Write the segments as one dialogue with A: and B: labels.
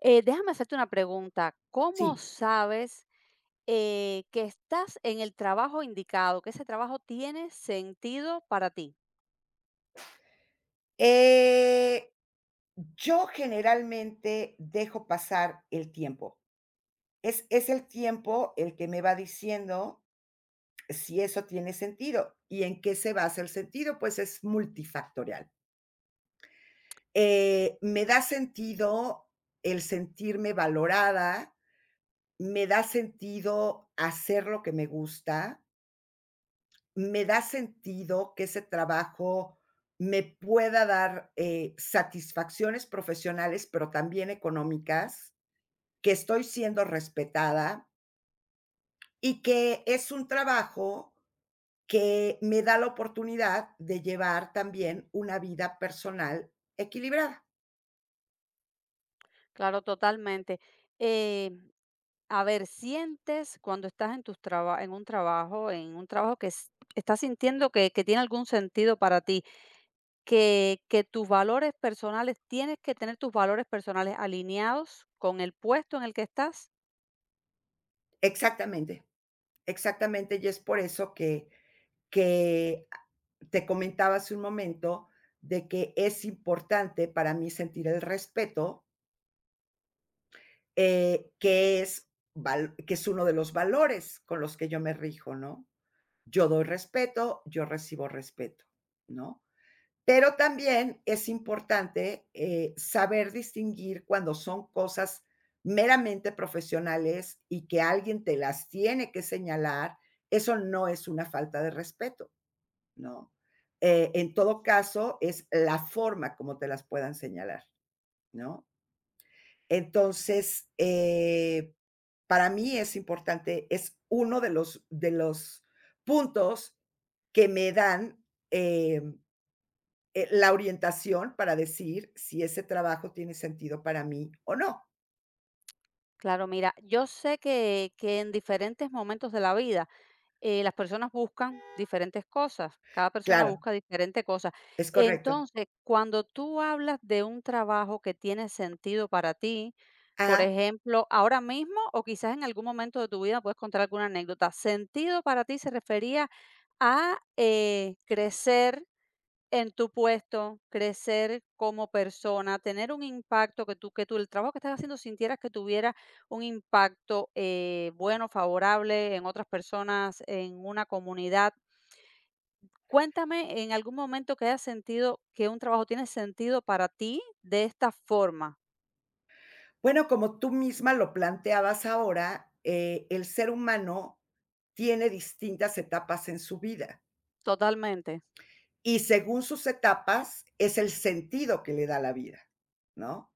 A: Déjame hacerte una pregunta. ¿Cómo
B: Sí.
A: sabes que estás en el trabajo indicado, que ese trabajo tiene sentido para ti?
B: Eh, yo generalmente dejo pasar el tiempo. Es el tiempo el que me va diciendo si eso tiene sentido, ¿y en qué se basa el sentido? Pues es multifactorial. Me da sentido el sentirme valorada, me da sentido hacer lo que me gusta, me da sentido que ese trabajo me pueda dar, satisfacciones profesionales, pero también económicas, que estoy siendo respetada y que es un trabajo que me da la oportunidad de llevar también una vida personal equilibrada.
A: Claro, totalmente. Eh, a ver, sientes cuando estás en tus en un trabajo, estás sintiendo que tiene algún sentido para ti, que tus valores personales, tienes que tener tus valores personales alineados con el puesto en el que estás.
B: Exactamente, exactamente, y es por eso que que te comentaba hace un momento de que es importante para mí sentir el respeto que es uno de los valores con los que yo me rijo, ¿no? Yo doy respeto, yo recibo respeto, ¿no? Pero también es importante saber distinguir cuando son cosas meramente profesionales y que alguien te las tiene que señalar, eso no es una falta de respeto, ¿no? En todo caso, es la forma como te las puedan señalar, ¿no? Entonces, para mí es importante, es uno de los, puntos que me dan eh, la orientación para decir si ese trabajo tiene sentido para mí o no.
A: Claro, mira, yo sé que en diferentes momentos de la vida las personas buscan diferentes cosas, cada persona
B: Claro,
A: busca diferentes cosas.
B: es correcto.
A: Entonces, cuando tú hablas de un trabajo que tiene sentido para ti, por
B: Ajá.
A: ejemplo, ahora mismo o quizás en algún momento de tu vida puedes contar alguna anécdota, sentido para ti se refería a crecer en tu puesto, crecer como persona, tener un impacto que tú, el trabajo que estás haciendo sintieras que tuviera un impacto bueno, favorable en otras personas, en una comunidad. Cuéntame en algún momento que hayas sentido que un trabajo tiene sentido para ti de esta forma.
B: Bueno, como tú misma lo planteabas ahora, el ser humano tiene distintas etapas en su vida.
A: Totalmente.
B: Y según sus etapas, es el sentido que le da la vida, ¿no?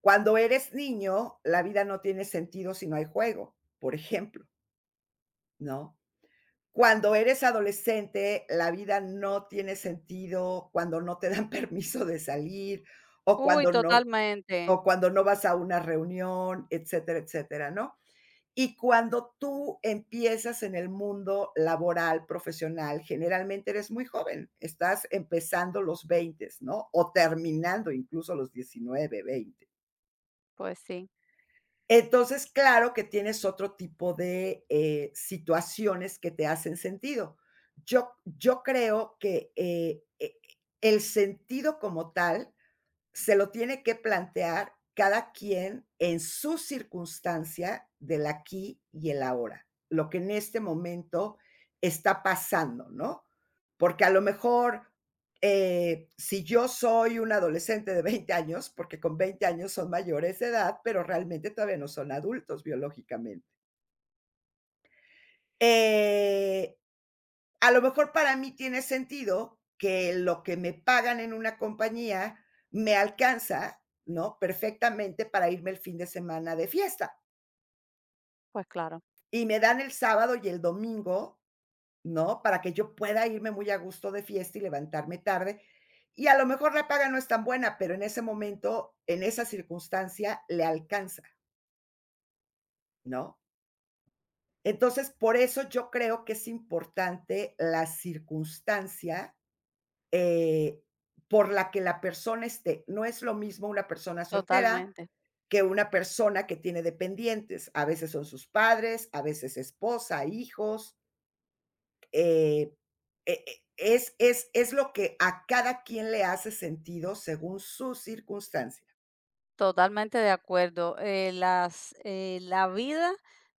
B: Cuando eres niño, la vida no tiene sentido si no hay juego, por ejemplo, ¿no? Cuando eres adolescente, la vida no tiene sentido cuando no te dan permiso de salir o
A: Uy,
B: cuando no
A: totalmente.
B: vas a una reunión, etcétera, etcétera, ¿no? Y cuando tú empiezas en el mundo laboral, profesional, generalmente eres muy joven, estás empezando los 20, ¿no? O terminando incluso los 19, 20.
A: Pues sí,
B: Entonces, claro que tienes otro tipo de situaciones que te hacen sentido. Yo creo que el sentido como tal se lo tiene que plantear cada quien en su circunstancia del aquí y el ahora, lo que en este momento está pasando, ¿no? Porque a lo mejor si yo soy un adolescente de 20 años, porque con 20 años son mayores de edad, pero realmente todavía no son adultos biológicamente, eh, a lo mejor para mí tiene sentido que lo que me pagan en una compañía me alcanza, ¿no? Perfectamente para irme el fin de semana de fiesta.
A: pues claro,
B: Y me dan el sábado y el domingo, ¿no? Para que yo pueda irme muy a gusto de fiesta y levantarme tarde. Y a lo mejor la paga no es tan buena, pero en ese momento, en esa circunstancia, le alcanza, ¿no? Entonces, por eso yo creo que es importante la circunstancia Eh, por la que la persona esté. No es lo mismo una persona soltera
A: totalmente.
B: que una persona que tiene dependientes. A veces son sus padres, a veces esposa, hijos. eh, es lo que a cada quien le hace sentido según su circunstancia.
A: Totalmente de acuerdo. Las, la vida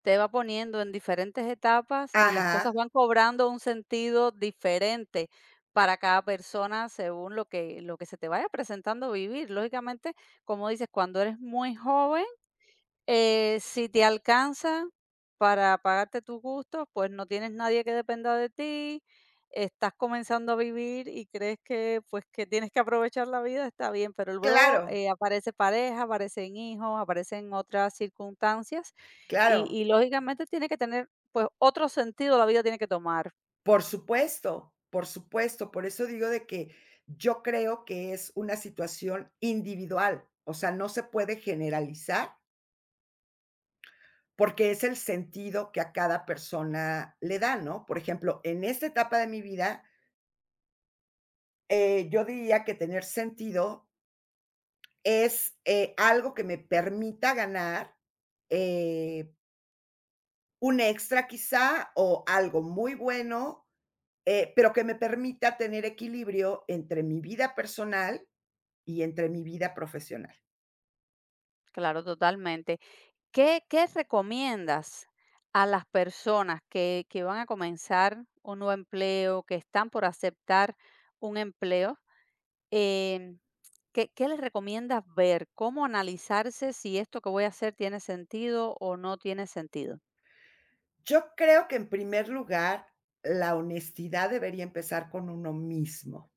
A: te va poniendo en diferentes etapas y las
B: Ajá,
A: cosas van cobrando un sentido diferente para cada persona según lo que se te vaya presentando vivir. Lógicamente, como dices, cuando eres muy joven, si te alcanza para pagarte tus gustos, pues no tienes nadie que dependa de ti, estás comenzando a vivir y crees que, pues, que tienes que aprovechar la vida, está bien, pero luego
B: claro,
A: aparece pareja, aparecen hijos, aparecen otras circunstancias y,
B: claro,
A: y lógicamente tiene que tener, pues, otro sentido la vida tiene que tomar.
B: por supuesto, por supuesto. Por eso digo de que yo creo que es una situación individual, o sea, no se puede generalizar. Porque es el sentido que a cada persona le da, ¿no? Por ejemplo, en esta etapa de mi vida, yo diría que tener sentido es, algo que me permita ganar, eh, un extra quizá, o algo muy bueno, pero que me permita tener equilibrio entre mi vida personal y entre mi vida profesional.
A: Claro, totalmente. ¿Qué recomiendas a las personas que van a comenzar un nuevo empleo, que están por aceptar un empleo? Em, ¿qué les recomiendas ver? ¿Cómo analizarse si esto que voy a hacer tiene sentido o no tiene sentido?
B: Yo creo que en primer lugar, la honestidad debería empezar con uno mismo.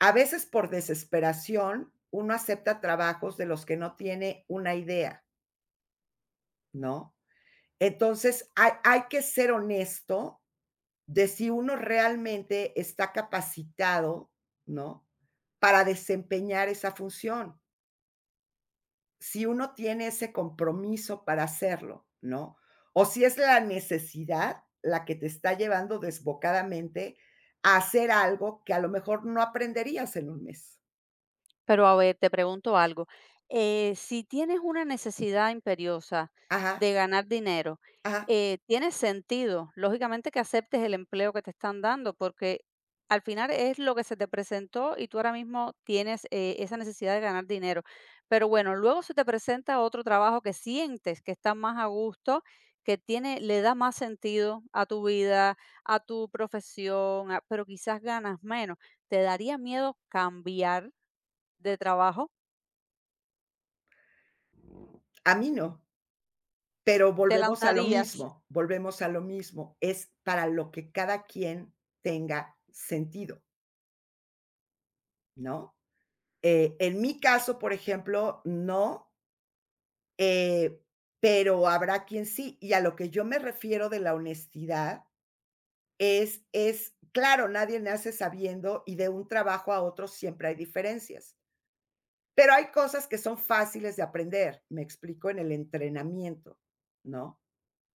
B: A veces por desesperación uno acepta trabajos de los que no tiene una idea, ¿no? Entonces hay que ser honesto de si uno realmente está capacitado, ¿no? Para desempeñar esa función, si uno tiene ese compromiso para hacerlo, ¿no? O si es la necesidad la que te está llevando desbocadamente a hacer algo que a lo mejor no aprenderías en un mes.
A: Pero a ver, te pregunto algo. Si tienes una necesidad imperiosa
B: Ajá,
A: de ganar dinero,
B: ajá.
A: tiene sentido, lógicamente, que aceptes el empleo que te están dando, porque al final es lo que se te presentó y tú ahora mismo tienes esa necesidad de ganar dinero. Pero bueno, luego se te presenta otro trabajo que sientes que está más a gusto, que tiene, le da más sentido a tu vida, a tu profesión, a- pero quizás ganas menos. ¿Te daría miedo cambiar? De trabajo,
B: A mí no, pero
A: ¿te
B: volvemos a lo
A: lanzarías?
B: mismo, volvemos a lo mismo. Es para lo que cada quien tenga sentido, ¿no? En mi caso, por ejemplo, no, eh, pero habrá quien sí. Y a lo que yo me refiero de la honestidad claro, nadie nace sabiendo y de un trabajo a otro siempre hay diferencias, pero hay cosas que son fáciles de aprender, me explico, en el entrenamiento, ¿no?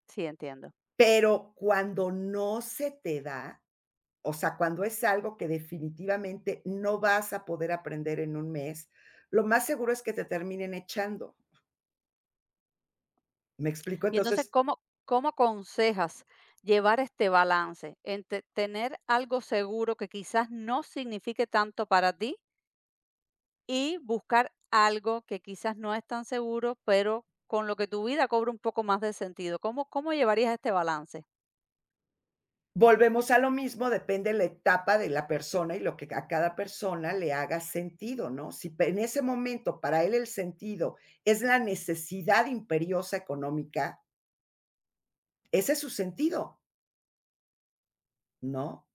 A: Sí, entiendo.
B: Pero cuando no se te da, o sea, cuando es algo que definitivamente no vas a poder aprender en un mes, lo más seguro es que te terminen echando, ¿me explico?
A: Y entonces,
B: Entonces,
A: ¿cómo aconsejas llevar este balance entre tener algo seguro que quizás no signifique tanto para ti y buscar algo que quizás no es tan seguro, pero con lo que tu vida cobra un poco más de sentido? ¿Cómo llevarías este balance?
B: volvemos a lo mismo, depende la etapa de la persona y lo que a cada persona le haga sentido, ¿no? Si en ese momento para él el sentido es la necesidad imperiosa económica, ese es su sentido, ¿no?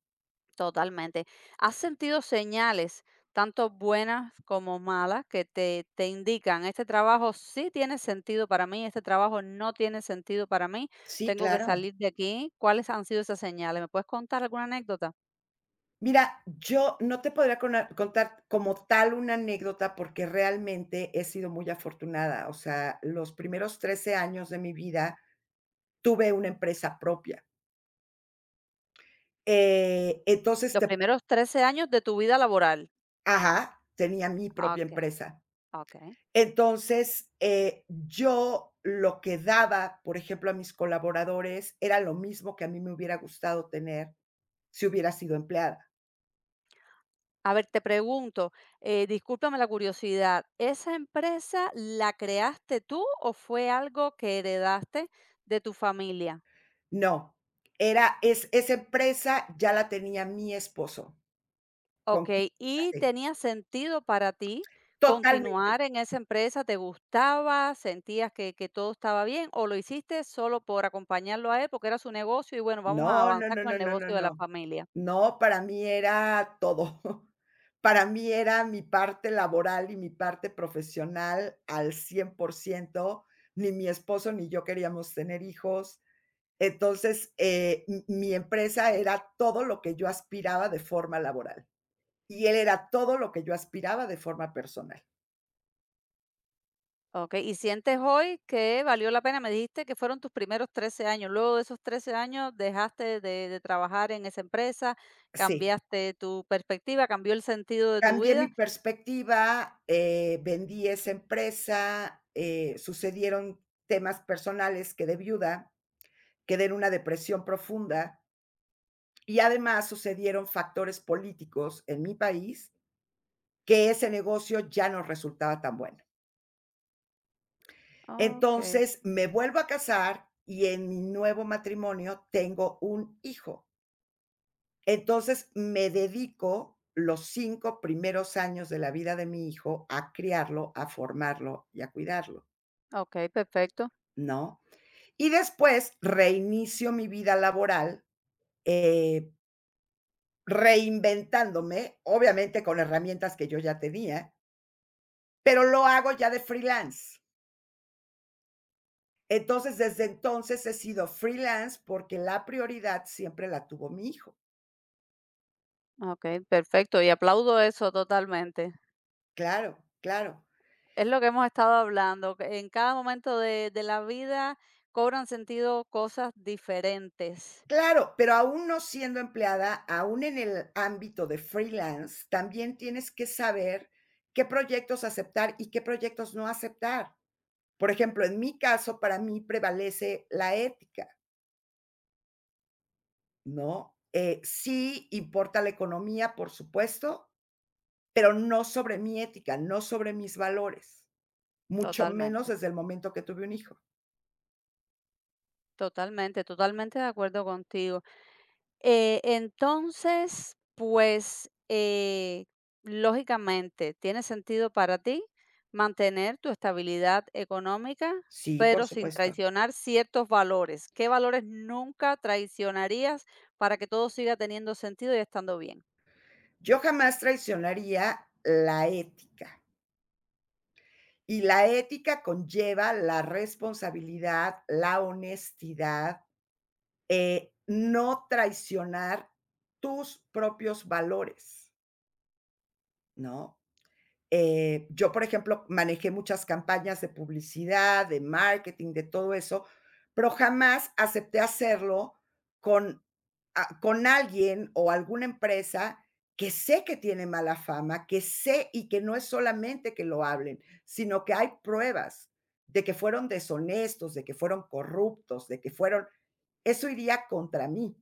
A: Totalmente. ¿Has sentido señales, tanto buenas como malas, que te indican, este trabajo sí tiene sentido para mí, este trabajo no tiene sentido para mí,
B: Sí,
A: tengo que
B: claro.
A: salir de aquí? ¿Cuáles han sido esas señales? ¿Me puedes contar alguna anécdota?
B: Mira, yo no te podría contar como tal una anécdota porque realmente he sido muy afortunada. O sea, los primeros 13 años de mi vida tuve una empresa propia. Entonces,
A: Los primeros 13 años de tu vida laboral.
B: ajá, tenía mi
A: Ah,
B: propia
A: Ok,
B: empresa.
A: ok.
B: Entonces, yo lo que daba, por ejemplo, a mis colaboradores era lo mismo que a mí me hubiera gustado tener si hubiera sido empleada.
A: A ver, te pregunto, discúlpame la curiosidad, ¿esa empresa la creaste tú o fue algo que heredaste de tu familia?
B: No, esa empresa ya la tenía mi esposo. ¿Con quién
A: Okey,
B: me
A: ¿y
B: casé?
A: tenía sentido para ti
B: Totalmente.
A: continuar en esa empresa? ¿Te gustaba? ¿Sentías que todo estaba bien? ¿O lo hiciste solo por acompañarlo a él, porque era su negocio y bueno, vamos a
B: No, no,
A: avanzar
B: no,
A: con
B: no,
A: el
B: no, no,
A: negocio de la
B: no.
A: familia?
B: No, para mí era todo. Para mí era mi parte laboral y mi parte profesional al 100%. Ni mi esposo ni yo queríamos tener hijos. Entonces, mi empresa era todo lo que yo aspiraba de forma laboral y él era todo lo que yo aspiraba de forma personal.
A: Okey, ¿y sientes hoy que valió la pena? Me dijiste que fueron tus primeros 13 años. Luego de esos 13 años dejaste de trabajar en esa empresa,
B: Sí.
A: cambiaste tu perspectiva, cambió el sentido de tu
B: Cambié mi
A: vida.
B: perspectiva, vendí esa empresa, sucedieron temas personales, quedé viuda, quedé en una depresión profunda y además sucedieron factores políticos en mi país que ese negocio ya no resultaba tan bueno.
A: Okey,
B: Entonces me vuelvo a casar y en mi nuevo matrimonio tengo un hijo. Entonces me dedico los 5 primeros años de la vida de mi hijo a criarlo, a formarlo y a cuidarlo.
A: okey, perfecto.
B: ¿No? Y después reinicio mi vida laboral, eh, reinventándome, obviamente con herramientas que yo ya tenía, pero lo hago ya de freelance. Entonces, desde entonces he sido freelance porque la prioridad siempre la tuvo mi hijo.
A: Okey, perfecto, y aplaudo eso totalmente.
B: Claro, claro.
A: Es lo que hemos estado hablando, que en cada momento de la vida cobran sentido cosas diferentes.
B: Claro, pero aún no siendo empleada, aún en el ámbito de freelance, también tienes que saber qué proyectos aceptar y qué proyectos no aceptar. Por ejemplo, en mi caso, para mí prevalece la ética, ¿no? Sí importa la economía, por supuesto, pero no sobre mi ética, no sobre mis valores, mucho menos
A: Totalmente,
B: desde el momento que tuve un hijo.
A: totalmente, totalmente de acuerdo contigo. Entonces, pues, lógicamente, tiene sentido para ti mantener tu estabilidad económica,
B: Sí, por
A: pero sin
B: supuesto.
A: traicionar ciertos valores. ¿Qué valores nunca traicionarías para que todo siga teniendo sentido y estando bien?
B: Yo jamás traicionaría la ética. Y la ética conlleva la responsabilidad, la honestidad, no traicionar tus propios valores, ¿no? Yo, por ejemplo, manejé muchas campañas de publicidad, de marketing, de todo eso, pero jamás acepté hacerlo con, con alguien o alguna empresa que sé que tiene mala fama, que sé y que no es solamente que lo hablen, sino que hay pruebas de que fueron deshonestos, de que fueron corruptos, de que fueron... Eso iría contra mí,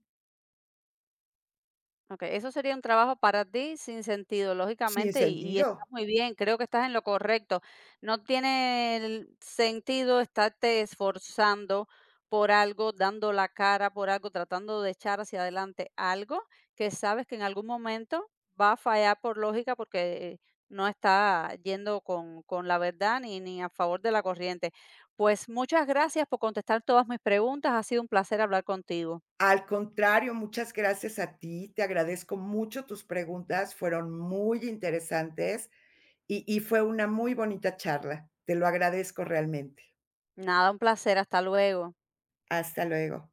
A: Okey, eso sería un trabajo para ti sin sentido,
B: sin
A: lógicamente, y está
B: sentido.
A: muy bien, creo que estás en lo correcto. No tiene el sentido estarte esforzando por algo, dando la cara por algo, tratando de echar hacia adelante algo que sabes que en algún momento va a fallar por lógica, porque no está yendo con la verdad ni a favor de la corriente. Pues muchas gracias por contestar todas mis preguntas, ha sido un placer hablar contigo.
B: Al contrario, muchas gracias a ti. Te agradezco mucho tus preguntas, fueron muy interesantes y fue una muy bonita charla. Te lo agradezco realmente.
A: Nada, un placer, hasta luego.
B: Hasta luego.